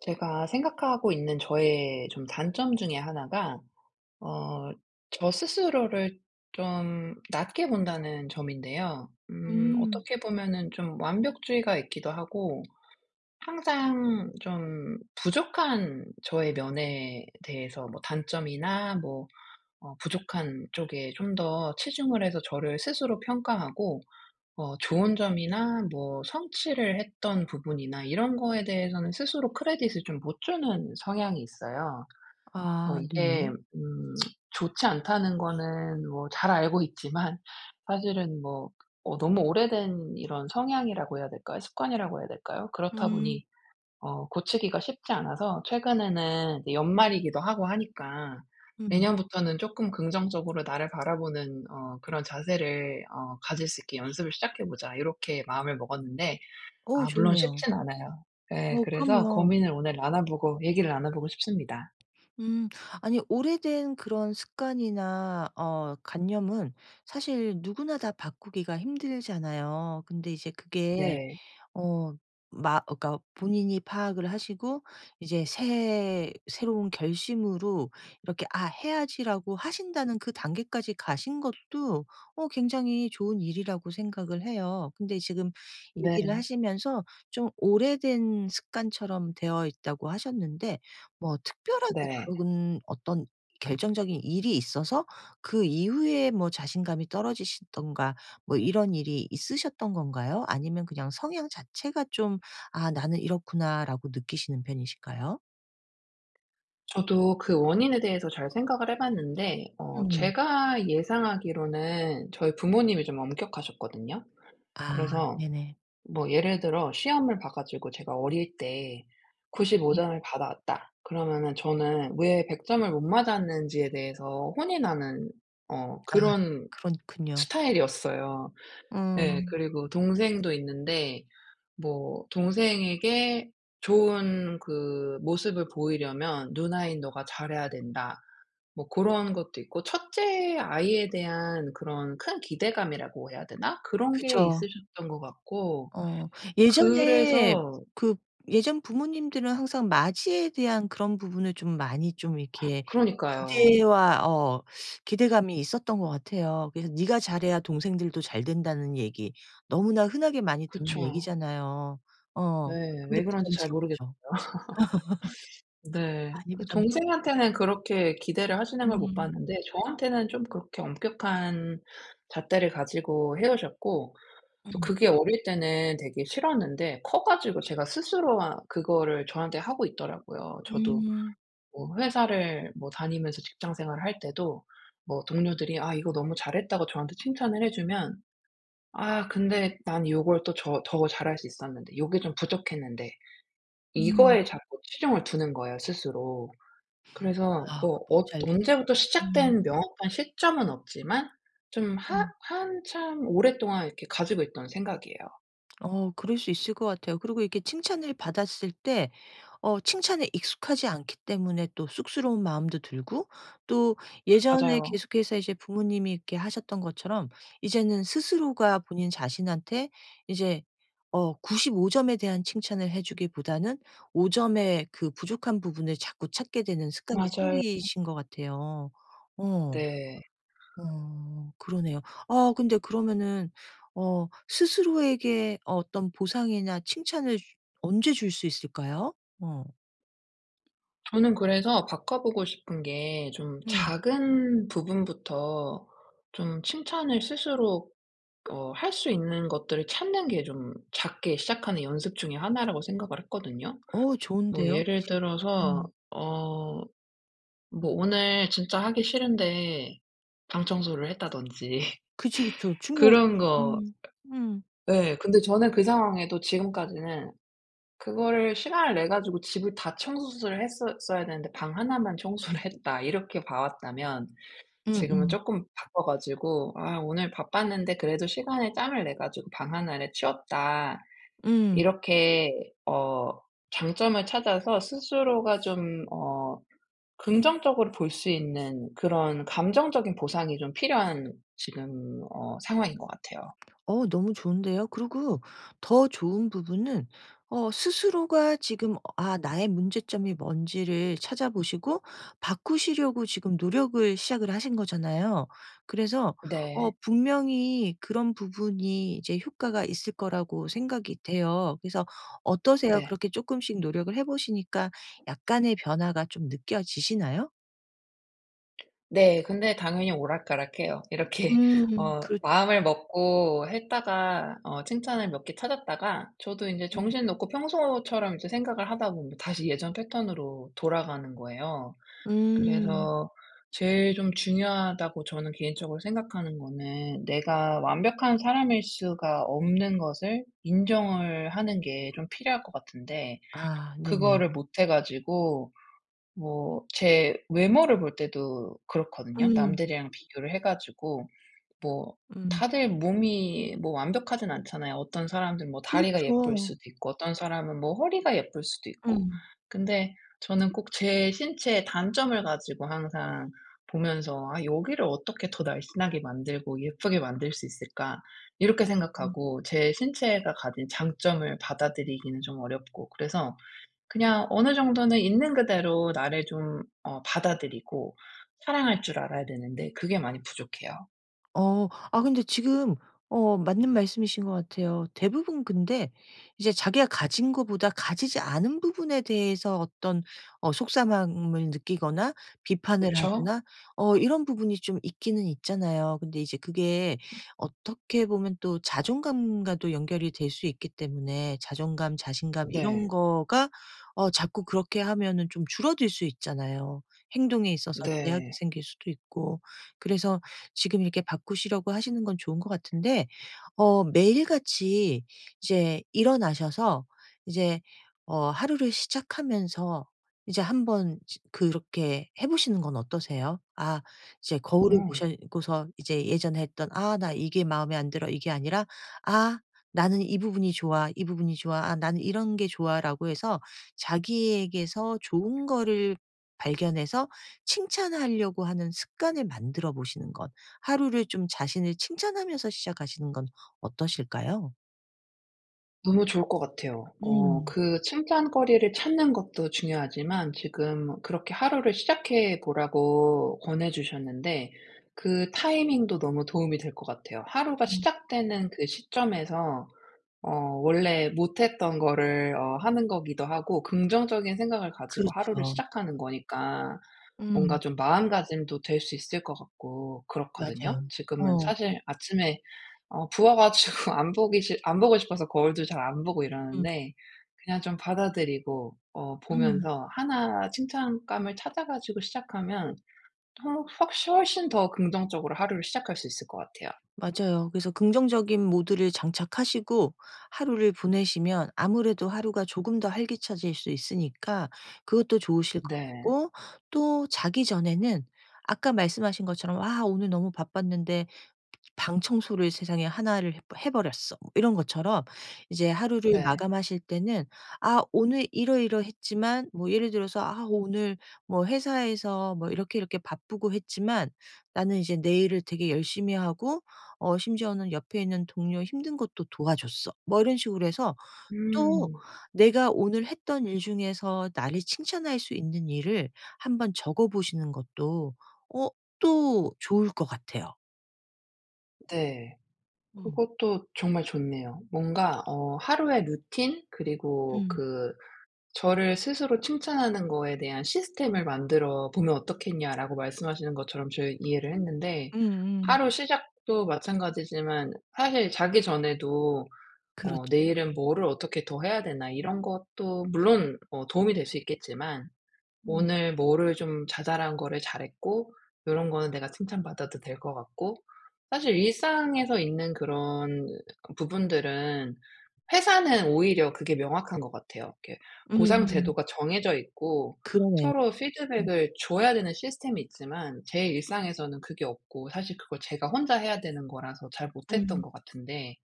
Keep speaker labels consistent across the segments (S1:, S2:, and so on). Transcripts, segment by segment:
S1: 제가 생각하고 있는 저의 좀 단점 중에 하나가 어 저 스스로를 좀 낮게 본다는 점인데요.
S2: 음.
S1: 어떻게 보면은 좀 완벽주의가 있기도 하고 항상 좀 부족한 저의 면에 대해서 뭐 단점이나 뭐 부족한 쪽에 좀 더 치중을 해서 저를 스스로 평가하고 좋은 점이나 뭐 성취를 했던 부분이나 이런 거에 대해서는 스스로 크레딧을 좀 못 주는 성향이 있어요. 그래서
S2: 아
S1: 이게
S2: 네네.
S1: 음 좋지 않다는 거는 뭐 잘 알고 있지만 사실은 뭐 너무 오래된 이런 성향이라고 해야 될까요? 습관이라고 해야 될까요? 그렇다 보니
S2: 음.
S1: 고치기가 쉽지 않아서 최근에는 이제 연말이기도 하고 하니까
S2: 음.
S1: 내년부터는 조금 긍정적으로 나를 바라보는 그런 자세를 '가질 수 있게 연습을 시작해 보자.' 이렇게 마음을 먹었는데 아 물론
S2: 좋으네요.
S1: 쉽진 않아요. 네, 그래서
S2: 그럼요.
S1: 고민을 오늘 나눠 보고 얘기를 나눠 보고 싶습니다.
S2: 음. 아니 오래된 그런 습관이나 관념은 사실 누구나 다 바꾸기가 힘들잖아요. 근데 이제 그게
S1: 네.
S2: 어 마 그러니까 본인이 파악을 하시고 이제 새 새로운 결심으로 이렇게 '아 해야지.'라고 하신다는 그 단계까지 가신 것도 굉장히 좋은 일이라고 생각을 해요. 근데 지금 얘기를
S1: 네.
S2: 하시면서 좀 오래된 습관처럼 되어 있다고 하셨는데 뭐 특별하게
S1: 네.
S2: 그런 어떤 결정적인 일이 있어서 그 이후에 뭐 자신감이 떨어지시든가 뭐 이런 일이 있으셨던 건가요? 아니면 그냥 성향 자체가 좀 '아 나는 이렇구나.'라고 느끼시는 편이실까요?
S1: 저도 그 원인에 대해서 잘 생각을 해 봤는데
S2: 음.
S1: 제가 예상하기로는 저희 부모님이 좀 엄격하셨거든요.
S2: 아
S1: 그래서
S2: 네네.
S1: 뭐 예를 들어 시험을 봐 가지고 제가 어릴 때 95
S2: 음.
S1: 점을 받아왔다. 그러면은 저는 왜 100 점을 못 맞았는지에 대해서 혼이 나는
S2: 아
S1: 그런
S2: 그렇군요.
S1: 스타일이었어요. 예.
S2: 음.
S1: 그리고 동생도 있는데 뭐 동생에게 좋은 그 모습을 보이려면 "누나인 너가 잘해야 된다." 뭐 고런 것도 있고 첫째 아이에 대한 그런 큰 기대감이라고 해야 되나? 그런 게
S2: 그쵸.
S1: 있으셨던 것 같고
S2: 어. 예전에
S1: 그래서
S2: 그 예전 부모님들은 항상 맞이에 대한 그런 부분을 좀 많이 좀 이렇게
S1: 그러니까요.
S2: 기대와 기대감이 있었던 것 같아요. 그래서 "네가 잘해야 동생들도 잘 된다."는 얘기 너무나 흔하게 많이 듣는
S1: 그쵸.
S2: 얘기잖아요. 어.
S1: 예.
S2: 근데
S1: 왜 그런지 잘 모르겠.
S2: 부담스럽죠.
S1: 네.
S2: 많이
S1: 그
S2: 부담스럽죠.
S1: 동생한테는 그렇게 기대를 하시는 걸 못
S2: 음.
S1: 봤는데 저한테는 좀 그렇게 엄격한 잣대를 가지고 헤어졌고 또
S2: 음.
S1: 그게 어릴 때는 되게 싫었는데 커 가지고 제가 스스로 아 그거를 저한테 하고 있더라고요.
S2: 음.
S1: 저도
S2: 음.
S1: 뭐 회사를 뭐 다니면서 직장 생활을 할 때도 뭐 동료들이 "아 이거 너무 잘했다."고 저한테 칭찬을 해 주면 아 근데 난 요걸 또 저 더 잘할 수 있었는데 요게 좀 부족했는데
S2: 음.
S1: 이거에 자꾸 치중을 두는 거예요 스스로. 그래서
S2: 아
S1: 뭐
S2: 뭔지 알겠어요.
S1: 언제부터
S2: 음.
S1: 시작된 명확한 시점은 없지만 좀 하
S2: 음.
S1: 한참 오랫동안 이렇게 가지고 있던 생각이에요.
S2: 그럴 수 있을 것 같아요. 그리고 이렇게 칭찬을 받았을 때 칭찬에 익숙하지 않기 때문에 또 쑥스러운 마음도 들고 또 예전에
S1: 맞아요.
S2: 계속해서 이제 부모님이 이렇게 하셨던 것처럼 이제는 스스로가 본인 자신한테 이제 95 점에 대한 칭찬을 해 주기보다는 5 점의 그 부족한 부분을 자꾸 찾게 되는 습관이
S1: 맞아요.
S2: 생기신 것 같아요. 어.
S1: 네.
S2: 그러네요. 아 근데 그러면은 스스로에게 어떤 보상이나 칭찬을 주 언제 줄 수 있을까요? 어.
S1: 저는 그래서 바꿔보고 싶은 게 좀
S2: 음.
S1: 작은 부분부터 좀 칭찬을 스스로 할 수 있는 것들을 찾는 게 좀 작게 시작하는 연습 중에 하나라고 생각을 했거든요. 뭐
S2: 좋은데요.
S1: 예를
S2: 지
S1: 들어서
S2: 음.
S1: 어 뭐 오늘 진짜 하기 싫은데 방 청소를 했다든지
S2: 그쵸, 그쵸. 중요하죠.
S1: 그런 거.
S2: 음. 음.
S1: 네. 근데 저는 그 상황에도 지금까지는 그거를 시간을 내 가지고 집을 다 청소를 했었어야 되는데 '방 하나만 청소를 했다.' 이렇게 봐 왔다면
S2: 음음.
S1: 지금은
S2: 음.
S1: 조금 바꿔 가지고 '아 오늘 바빴는데 그래도 시간에 짬을 내 가지고 방 하나를 치웠다.'
S2: 음.
S1: 이렇게 장점을 찾아서 스스로가 좀 긍정적으로 볼 수 있는 그런 감정적인 보상이 좀 필요한 지금 상황인 것 같아요.
S2: 너무 좋은데요. 그리고 더 좋은 부분은 스스로가 지금 나의 문제점이 뭔지를 찾아보시고 바꾸시려고 지금 노력을 시작을 하신 거잖아요. 그래서
S1: 네.
S2: 분명히 그런 부분이 이제 효과가 있을 거라고 생각이 돼요. 그래서 어떠세요?
S1: 네.
S2: 그렇게 조금씩 노력을 해 보시니까 약간의 변화가 좀 느껴지시나요?
S1: 네. 근데 당연히 오락가락해요. 이렇게
S2: 그렇죠.
S1: 마음을 먹고 했다가 칭찬을 몇 개 찾았다가 저도 인제
S2: 음.
S1: 정신 놓고 평소처럼 이제 생각을 하다 보면 다시 예전 패턴으로 돌아가는 거예요.
S2: 음.
S1: 그래서 제일 좀 중요하다고 저는 개인적으로 생각하는 거는 내가 완벽한 사람일 수가 없는 것을 인정을 하는 게 좀 필요할 것 같은데
S2: 아 네네.
S1: 그거를 못 해 가지고 뭐 제 외모를 볼 때도 그렇거든요.
S2: 음.
S1: 남들이랑 비교를 해 가지고 뭐
S2: 음.
S1: 다들 몸이 뭐 완벽하진 않잖아요. 어떤 사람들은 뭐 다리가 예쁠
S2: 그렇죠.
S1: 수도 있고 어떤 사람은 뭐 허리가 예쁠 수도 있고.
S2: 음.
S1: 근데 저는 꼭 제 신체의 단점을 가지고 항상 보면서 '아 여기를 어떻게 더 날씬하게 만들고 예쁘게 만들 수 있을까?' 이렇게
S2: 음.
S1: 생각하고 제 신체가 가진 장점을 받아들이기는 좀 어렵고 그래서 그냥 어느 정도는 있는 그대로 나를 좀 받아들이고 사랑할 줄 알아야 되는데 그게 많이 부족해요.
S2: 어. 아 근데 지금 맞는 말씀이신 것 같아요. 대부분 근데 이제 자기가 가진 거보다 가지지 않은 부분에 대해서 어떤 속상함을 느끼거나 비판을
S1: 그쵸?
S2: 하거나 이런 부분이 좀 있기는 있잖아요. 근데 이제 그게 어떻게 보면 또 자존감과도 연결이 될 수 있기 때문에 자존감, 자신감 이런
S1: 네.
S2: 거가 자꾸 그렇게 하면은 좀 줄어들 수 있잖아요. 행동에 있어서 제약이
S1: 네.
S2: 생길 수도 있고. 그래서 지금 이렇게 바꾸시려고 하시는 건 좋은 것 같은데 매일같이 이제 일어나셔서 이제 하루를 시작하면서 이제 한번 지 그렇게 해 보시는 건 어떠세요? 아 이제 거울을
S1: 음.
S2: 보시고서 이제 예전에 했던 '아 나 이게 마음에 안 들어.' 이게 아니라 '아 나는 이 부분이 좋아. 이 부분이 좋아. 아 나는 이런 게 좋아.'라고 해서 자기에게서 좋은 거를 발견해서 칭찬하려고 하는 습관을 만들어 보시는 것. 하루를 좀 자신을 칭찬하면서 시작하시는 건 어떠실까요?
S1: 너무 좋을 것 같아요.
S2: 음.
S1: 그 칭찬거리를 찾는 것도 중요하지만 지금 그렇게 하루를 시작해 보라고 권해 주셨는데 그 타이밍도 너무 도움이 될 것 같아요. 하루가
S2: 음.
S1: 시작되는 그 시점에서 어 원래 못했던 거를 하는 거기도 하고 긍정적인 생각을 가지고 하루를
S2: 그렇죠.
S1: 시작하는 거니까 뭔가
S2: 음.
S1: 좀 마음가짐도 될 수 있을 것 같고 그렇거든요.
S2: 맞아요.
S1: 지금은
S2: 어.
S1: 사실 아침에 부어 가지고 안 보기 싫 안 보고 싶어서 거울도 잘 안 보고
S2: 음.
S1: 이러는데 그냥 좀 받아들이고
S2: 음.
S1: 보면서 하나 칭찬감을 찾아 가지고 시작하면 통 확시 훨씬 더 긍정적으로 하루를 시작할 수 있을 것 같아요.
S2: 맞아요. 그래서 긍정적인 모드를 장착하시고 하루를 보내시면 아무래도 하루가 조금 더 활기차질 수 있으니까 그것도 좋으실 것
S1: 네.
S2: 같고 또 자기 전에는 아까 말씀하신 것처럼 '아 오늘 너무 바빴는데' 방 청소를 세상에 하나를 해 버렸어. 뭐 이런 것처럼 이제 하루를
S1: 네.
S2: 마감하실 때는 아 오늘 이러이러했지만 뭐 예를 들어서 아 오늘 뭐 회사에서 뭐 이렇게 이렇게 바쁘고 했지만 나는 이제 내 일을 되게 열심히 하고 심지어는 옆에 있는 동료 힘든 것도 도와줬어. 뭐 이런 식으로 해서 또
S1: 음.
S2: 내가 오늘 했던 일 중에서 나를 칭찬할 수 있는 일을 한번 적어 보시는 것도 어 또 좋을 것 같아요.
S1: 네. 그것도 정말 좋네요. 뭔가 하루의 루틴 그리고
S2: 음.
S1: 그 저를 스스로 칭찬하는 거에 대한 시스템을 만들어 보면 어떻겠냐라고 말씀하시는 것처럼 저 이해를 했는데
S2: 음음.
S1: 하루 시작도 마찬가지지만 사실 자기 전에도
S2: 그렇죠.
S1: '내일은 뭐를 어떻게 더 해야 되나.' 이런 것도 물론 도움이 될 수 있겠지만
S2: 음.
S1: 오늘 뭐를 좀 자잘한 거를 잘했고 요런 거는 내가 칭찬받아도 될 것 같고 사실 일상에서 있는 그런 부분들은 회사는 오히려 그게 명확한 것 같아요. 이렇게 보상
S2: 음음.
S1: 제도가 정해져 있고
S2: 그러네요.
S1: 서로
S2: 음.
S1: 피드백을 줘야 되는 시스템이 있지만 제 일상에서는 그게 없고 사실 그걸 제가 혼자 해야 되는 거라서 잘 못했던
S2: 음.
S1: 것 같은데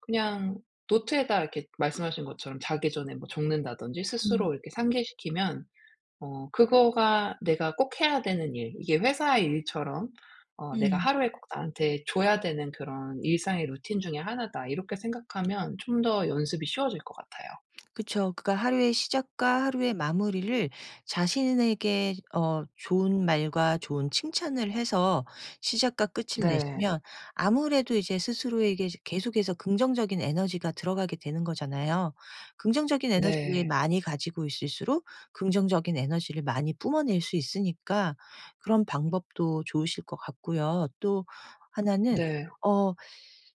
S1: 그냥 노트에다 이렇게 말씀하신 것처럼 자기 전에 뭐 적는다든지
S2: 음.
S1: 스스로 이렇게 상기시키면 그거가 내가 꼭 해야 되는 일 이게 회사의 일처럼 '내가
S2: 음.
S1: 하루에 꼭 나한테 줘야 되는 그런 일상의 루틴 중에 하나다.' 이렇게 생각하면 좀 더 연습이 쉬워질 것 같아요.
S2: 그쵸. 그러니까 하루의 시작과 하루의 마무리를 자신에게 좋은 말과 좋은 칭찬을 해서 시작과 끝을
S1: 네.
S2: 내시면 아무래도 이제 스스로에게 계속해서 긍정적인 에너지가 들어가게 되는 거잖아요. 긍정적인 에너지를
S1: 네.
S2: 많이 가지고 있을수록 긍정적인 에너지를 많이 뿜어낼 수 있으니까 그런 방법도 좋으실 것 같고요. 또 하나는
S1: 네.
S2: 어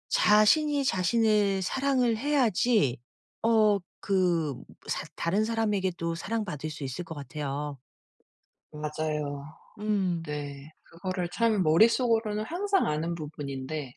S2: 자신이 자신을 사랑을 해야지 어 그 사 다른 사람에게도 사랑받을 수 있을 것 같아요.
S1: 맞아요.
S2: 음.
S1: 네. 그거를
S2: 그래서
S1: 참 머릿속으로는 항상 아는 부분인데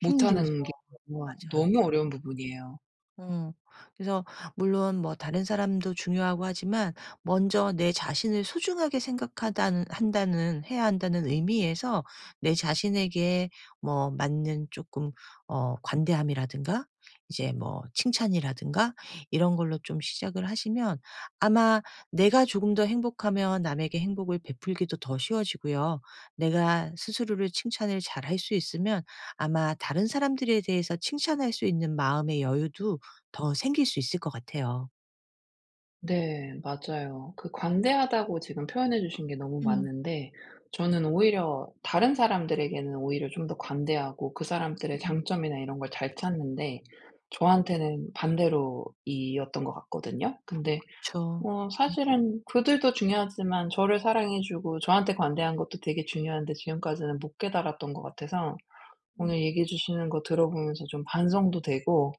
S2: 힘들죠.
S1: 못하는 게 너무
S2: 맞아요.
S1: 너무 어려운 부분이에요.
S2: 어. 그래서 물론 뭐 다른 사람도 중요하고 하지만 먼저 내 자신을 소중하게 생각하다는 한다는 해야 한다는 의미에서 내 자신에게 뭐 맞는 조금 관대함이라든가 이제 뭐 칭찬이라든가 이런 걸로 좀 시작을 하시면 아마 내가 조금 더 행복하면 남에게 행복을 베풀기도 더 쉬워지고요. 내가 스스로를 칭찬을 잘 할 수 있으면 아마 다른 사람들에 대해서 칭찬할 수 있는 마음의 여유도 더 생길 수 있을 것 같아요.
S1: 네. 맞아요. 그 관대하다고 지금 표현해 주신 게 너무
S2: 음.
S1: 맞는데 저는 오히려 다른 사람들에게는 오히려 좀 더 관대하고 그 사람들의
S2: 음.
S1: 장점이나 이런 걸 잘 찾는데 저한테는 반대로 이었던 것 같거든요. 근데
S2: 그쵸.
S1: 사실은 그들도 중요하지만 저를 사랑해 주고 저한테 관대한 것도 되게 중요한데 지금까지는 못 깨달았던 것 같아서
S2: 음.
S1: 오늘 얘기해 주시는 거 들어보면서 좀 반성도 되고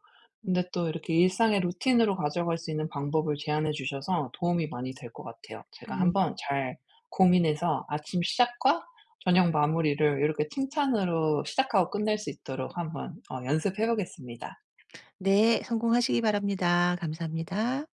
S2: 음.
S1: 근데 또 이렇게 일상의 루틴으로 가져갈 수 있는 방법을 제안해 주셔서 도움이 많이 될 것 같아요. 제가
S2: 음.
S1: 한번 잘 고민해서 아침 시작과 저녁 마무리를 이렇게 칭찬으로 시작하고 끝낼 수 있도록 한번 연습해 보겠습니다.
S2: 네. 성공하시기 바랍니다. 감사합니다.